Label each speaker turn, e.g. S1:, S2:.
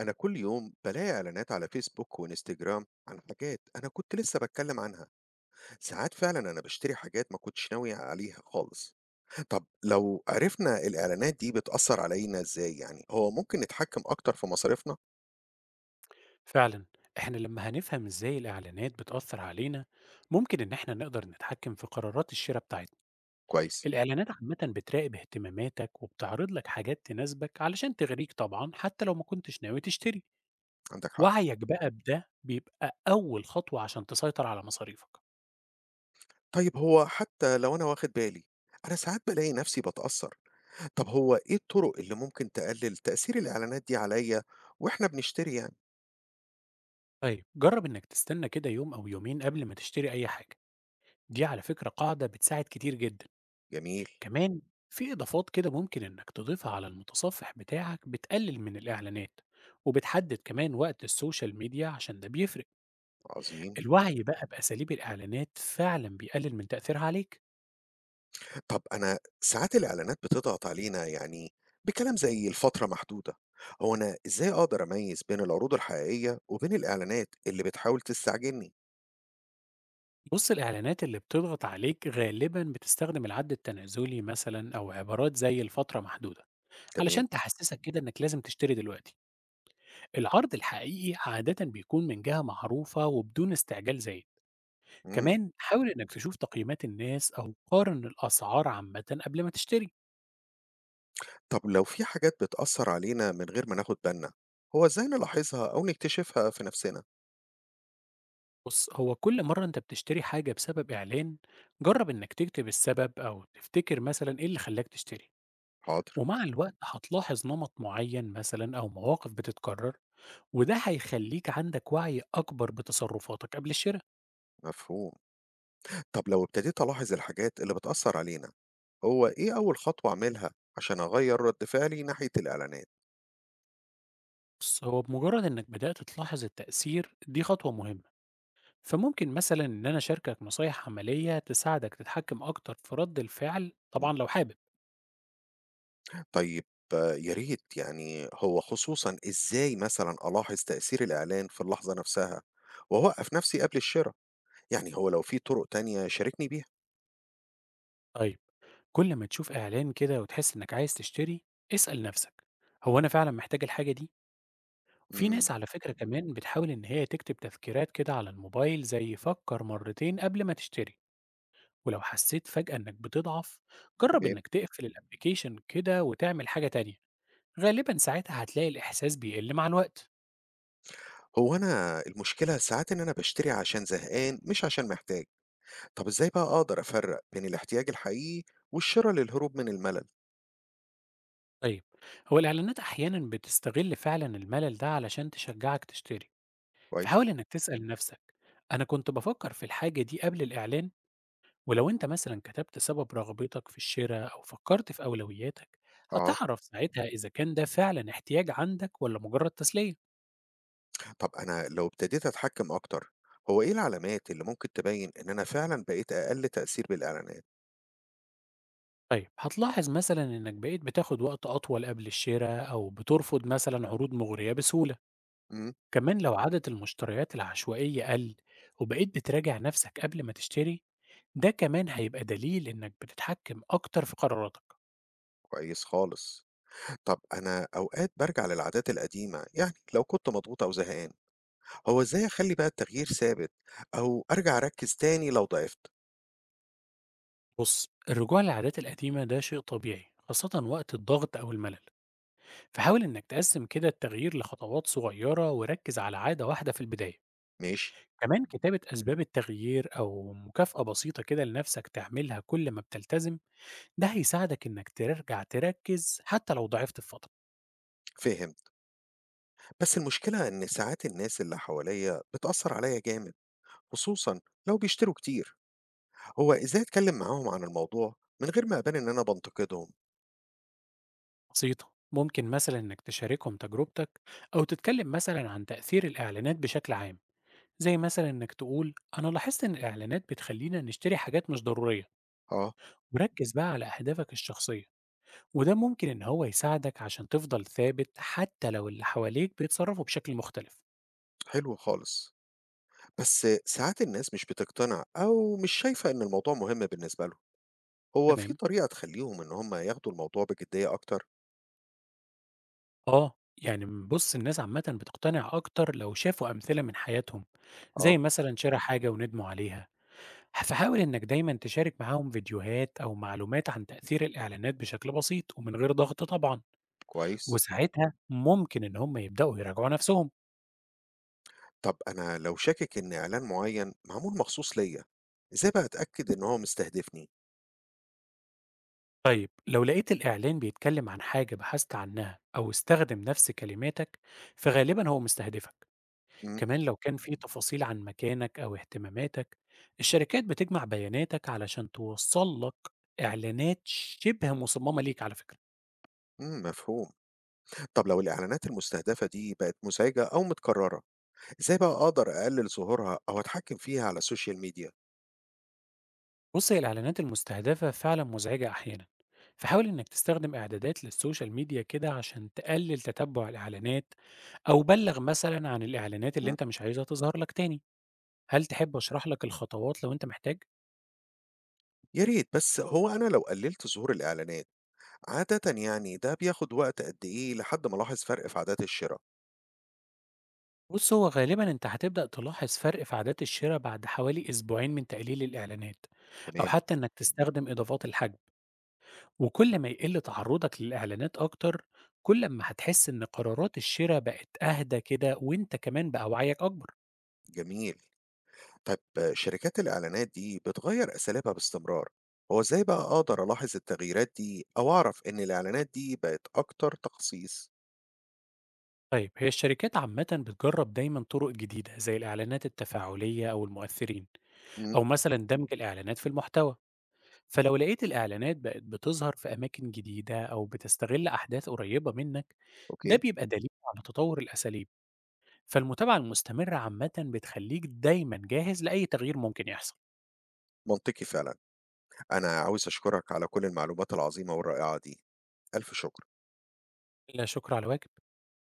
S1: أنا كل يوم بلاقي إعلانات على فيسبوك وإنستجرام عن حاجات أنا كنت لسه بتكلم عنها، ساعات فعلا أنا بشتري حاجات ما كنتش ناوي عليها خالص. طب لو عرفنا الإعلانات دي بتأثر علينا إزاي، يعني هو ممكن نتحكم أكتر في مصاريفنا؟
S2: فعلا، احنا لما هنفهم ازاي الاعلانات بتأثر علينا ممكن ان احنا نقدر نتحكم في قرارات الشراء بتاعتنا.
S1: كويس،
S2: الاعلانات عامة بتراقب اهتماماتك وبتعرض لك حاجات تناسبك علشان تغريك طبعا حتى لو ما كنتش ناوي تشتري.
S1: عندك حق.
S2: وعيك بقى بده بيبقى اول خطوة عشان تسيطر على مصاريفك.
S1: طيب هو حتى لو أنا واخد بالي، أنا ساعات بلاقي نفسي بتأثر، طب هو إيه الطرق اللي ممكن تقلل تأثير الإعلانات دي عليا وإحنا بنشتري يعني؟
S2: طيب جرب انك تستنى كده يوم او يومين قبل ما تشتري اي حاجة، دي على فكرة قاعدة بتساعد كتير جدا.
S1: جميل،
S2: كمان في إضافات كده ممكن إنك تضيفها على المتصفح بتاعك بتقلل من الإعلانات، وبتحدد كمان وقت السوشيال ميديا عشان ده بيفرق.
S1: عظيم.
S2: الوعي بقى بأساليب الإعلانات فعلا بيقلل من تأثيرها عليك.
S1: طب أنا ساعات الإعلانات بتضغط علينا، يعني بكلام زي الفترة محدودة، هو أنا إزاي أقدر أميز بين العروض الحقيقية وبين الإعلانات اللي بتحاول تستعجلني؟
S2: بص، الإعلانات اللي بتضغط عليك غالبا بتستخدم العد التنازلي مثلا أو عبارات زي الفترة محدودة،
S1: تمام.
S2: علشان تحسسك كده إنك لازم تشتري دلوقتي. العرض الحقيقي عادة بيكون من جهة معروفة وبدون استعجال زي.
S1: إمم،
S2: كمان حاول إنك تشوف تقييمات الناس أو قارن الأسعار عامة قبل ما تشتري.
S1: طب لو في حاجات بتأثّر علينا من غير ما ناخد بالنا، هو إزاي نلاحظها أو نكتشفها في نفسنا؟
S2: بص، هو كل مرة أنت بتشتري حاجة بسبب إعلان، جرب إنك تكتب السبب أو تفتكر مثلا إيه اللي خلاك تشتري.
S1: حاضر،
S2: ومع الوقت هتلاحظ نمط معين مثلا أو مواقف بتتكرر، وده هيخليك عندك وعي أكبر بتصرفاتك قبل الشراء.
S1: مفهوم. طب لو ابتديت ألاحظ الحاجات اللي بتأثّر علينا، هو إيه أول خطوة أعملها عشان أغيّر رد فعلي ناحية الإعلانات؟
S2: بص، هو بمجرد إنك بدأت تلاحظ التأثير دي خطوة مهمة، فممكن مثلا إن أنا أشاركك نصايح عملية تساعدك تتحكم أكتر في رد الفعل
S1: إمم.
S2: طبعا لو حابب.
S1: طيب آه، يا ريت، يعني هو خصوصًا إزاي مثلًا ألاحظ تأثير الإعلان في اللحظة نفسها، وأوقّف نفسي قبل الشرا؟ يعني هو لو في طرق تانية شاركني بيها.
S2: طيب، كل ما تشوف إعلان كده وتحس إنك عايز تشتري، اسأل نفسك: هو أنا فعلا محتاج الحاجة دي؟ وفي
S1: إمم،
S2: ناس على فكرة كمان بتحاول إن هي تكتب تذكيرات كده على الموبايل زي فكر مرتين قبل ما تشتري. ولو حسيت فجأة إنك بتضعف، جرب
S1: تمام.
S2: إنك تقفل الأبليكيشن كده وتعمل حاجة تانية. غالبا ساعتها هتلاقي الإحساس بيقل مع الوقت.
S1: هو أنا المشكلة ساعات إن أنا باشتري عشان زهقان مش عشان محتاج، طب إزاي بقى أقدر أفرّق بين الاحتياج الحقيقي والشرا للهروب من الملل؟
S2: طيب، هو الإعلانات أحيانا بتستغل فعلا الملل ده علشان تشجعك تشتري،
S1: كويس،
S2: فحاول إنك تسأل نفسك: أنا كنت بفكر في الحاجة دي قبل الإعلان؟ ولو أنت مثلًا كتبت سبب رغبتك في الشرا أو فكرت في أولوياتك،
S1: آه.
S2: هتعرف ساعتها إذا كان ده فعلًا احتياج عندك والّا مجرد تسلية.
S1: طب أنا لو ابتديت أتحكم أكتر، هو إيه العلامات اللي ممكن تبيّن إن أنا فعلًا بقيت أقل تأثير بالإعلانات؟
S2: طيب، هتلاحظ مثلًا إنك بقيت بتاخد وقت أطول قبل الشرا أو بترفض مثلًا عروض مغرية بسهولة.
S1: إمم،
S2: كمان لو عدد المشتريات العشوائية قل وبقيت بتراجع نفسك قبل ما تشتري، ده كمان هيبقى دليل إنك بتتحكم أكتر في قراراتك.
S1: كويس خالص. طب أنا أوقات بارجع للعادات القديمة، يعني لو كنت مضغوط أو زهقان، هو إزاي أخلّي بقى التغيير ثابت أو أرجع أركّز تاني لو ضعفت؟
S2: بُص، الرجوع للعادات القديمة ده شيء طبيعي، خاصة وقت الضغط أو الملل. فحاول إنك تقسم كده التغيير لخطوات صغيرة وركز على عادة واحدة في البداية.
S1: ماشي،
S2: كمان كتابة أسباب التغيير أو مكافأة بسيطة كده لنفسك تعملها كل ما بتلتزم، ده هيساعدك إنك ترجع تركز حتى لو ضعفت في فترة.
S1: فهمت، بس المشكلة إن ساعات الناس اللي حواليّا بتأثّر عليّا جامد، خصوصًا لو بيشتروا كتير، هو إزاي أتكلّم معاهم عن الموضوع من غير ما أبان إن أنا بانتقدهم؟
S2: بسيطة، ممكن مثلا إنك تشاركهم تجربتك أو تتكلم مثلا عن تأثير الإعلانات بشكل عام، زي مثلا إنك تقول أنا لاحظت إن الإعلانات بتخلينا نشتري حاجات مش ضرورية.
S1: آه،
S2: وركز بقى على أهدافك الشخصية، وده ممكن إن هو يساعدك عشان تفضل ثابت حتى لو اللي حواليك بيتصرفوا بشكل مختلف.
S1: حلو خالص، بس ساعات الناس مش بتقتنع أو مش شايفة إن الموضوع مهم بالنسبة لهم، هو في
S2: تمام.
S1: طريقة تخلّيهم إن هم ياخدوا الموضوع بجدية أكتر؟
S2: آه، يعني بص، الناس عامة بتقتنع أكتر لو شافوا أمثلة من حياتهم،
S1: آه،
S2: زي مثلا شراء حاجة وندموا عليها. فحاول إنك دايما تشارك معاهم فيديوهات أو معلومات عن تأثير الإعلانات بشكل بسيط ومن غير ضغط طبعا.
S1: كويس.
S2: وساعتها ممكن إن هم يبدأوا يراجعوا نفسهم.
S1: طب أنا لو شاكك إن إعلان معيّن معمول مخصوص ليّا، إزاي بقى أتأكد إن هو مستهدفني؟
S2: طيب، لو لقيت الإعلان بيتكلم عن حاجة بحثت عنها أو استخدم نفس كلماتك، فغالبا هو مستهدفك.
S1: إمم.
S2: كمان لو كان في تفاصيل عن مكانك أو اهتماماتك، الشركات بتجمع بياناتك علشان توصل لك إعلانات شبه مصممة ليك على فكرة.
S1: إمم، مفهوم. طب لو الإعلانات المستهدفة دي بقت مزعجة أو متكررة، إزاي بقى أقدر أقلل ظهورها أو أتحكم فيها على السوشيال ميديا؟
S2: بص، هي الإعلانات المستهدفة فعلا مزعجة أحيانا، فحاول إنك تستخدم إعدادات للسوشيال ميديا كده عشان تقلل تتبع الإعلانات، أو بلغ مثلا عن الإعلانات اللي
S1: إمم،
S2: أنت مش عايزها تظهر لك تاني. هل تحب أشرح لك الخطوات لو أنت محتاج؟
S1: يا ريت. بس هو أنا لو قللت ظهور الإعلانات، عادةً يعني ده بياخد وقت قد إيه لحد ما ألاحظ فرق في عادات الشرا؟
S2: بص، هو غالبا انت هتبدأ تلاحظ فرق في عادات الشراء بعد حوالي أسبوعين من تقليل الاعلانات، او
S1: تمام،
S2: حتى انك تستخدم اضافات الحجم. وكل ما يقل تعرضك للاعلانات اكتر، كل ما هتحس ان قرارات الشراء بقت اهدى كده، وانت كمان بقى وعيك اكبر.
S1: جميل. طيب آه، شركات الإعلانات دي بتغير أساليبها باستمرار، هو إزاي بقى أقدر ألاحظ التغييرات دي أو أعرف إن الإعلانات دي بقت أكتر تخصيص؟
S2: طيب، هي الشركات عامة بتجرب دايما طرق جديدة زي الاعلانات التفاعلية او المؤثرين،
S1: امم
S2: او مثلا دمج الاعلانات في المحتوى. فلو لقيت الإعلانات بقت بتظهر في أماكن جديدة أو بتستغل أحداث قريبة منك، ده
S1: أوكي.
S2: بيبقى دليل على تطور الأساليب. فالمتابعة المستمرة عامة بتخليك دايما جاهز لأي تغيير ممكن يحصل.
S1: منطقي فعلا، أنا عاوز أشكرك على كل المعلومات العظيمة والرائعة دي، ألف شكر.
S2: لا شكر على واجب.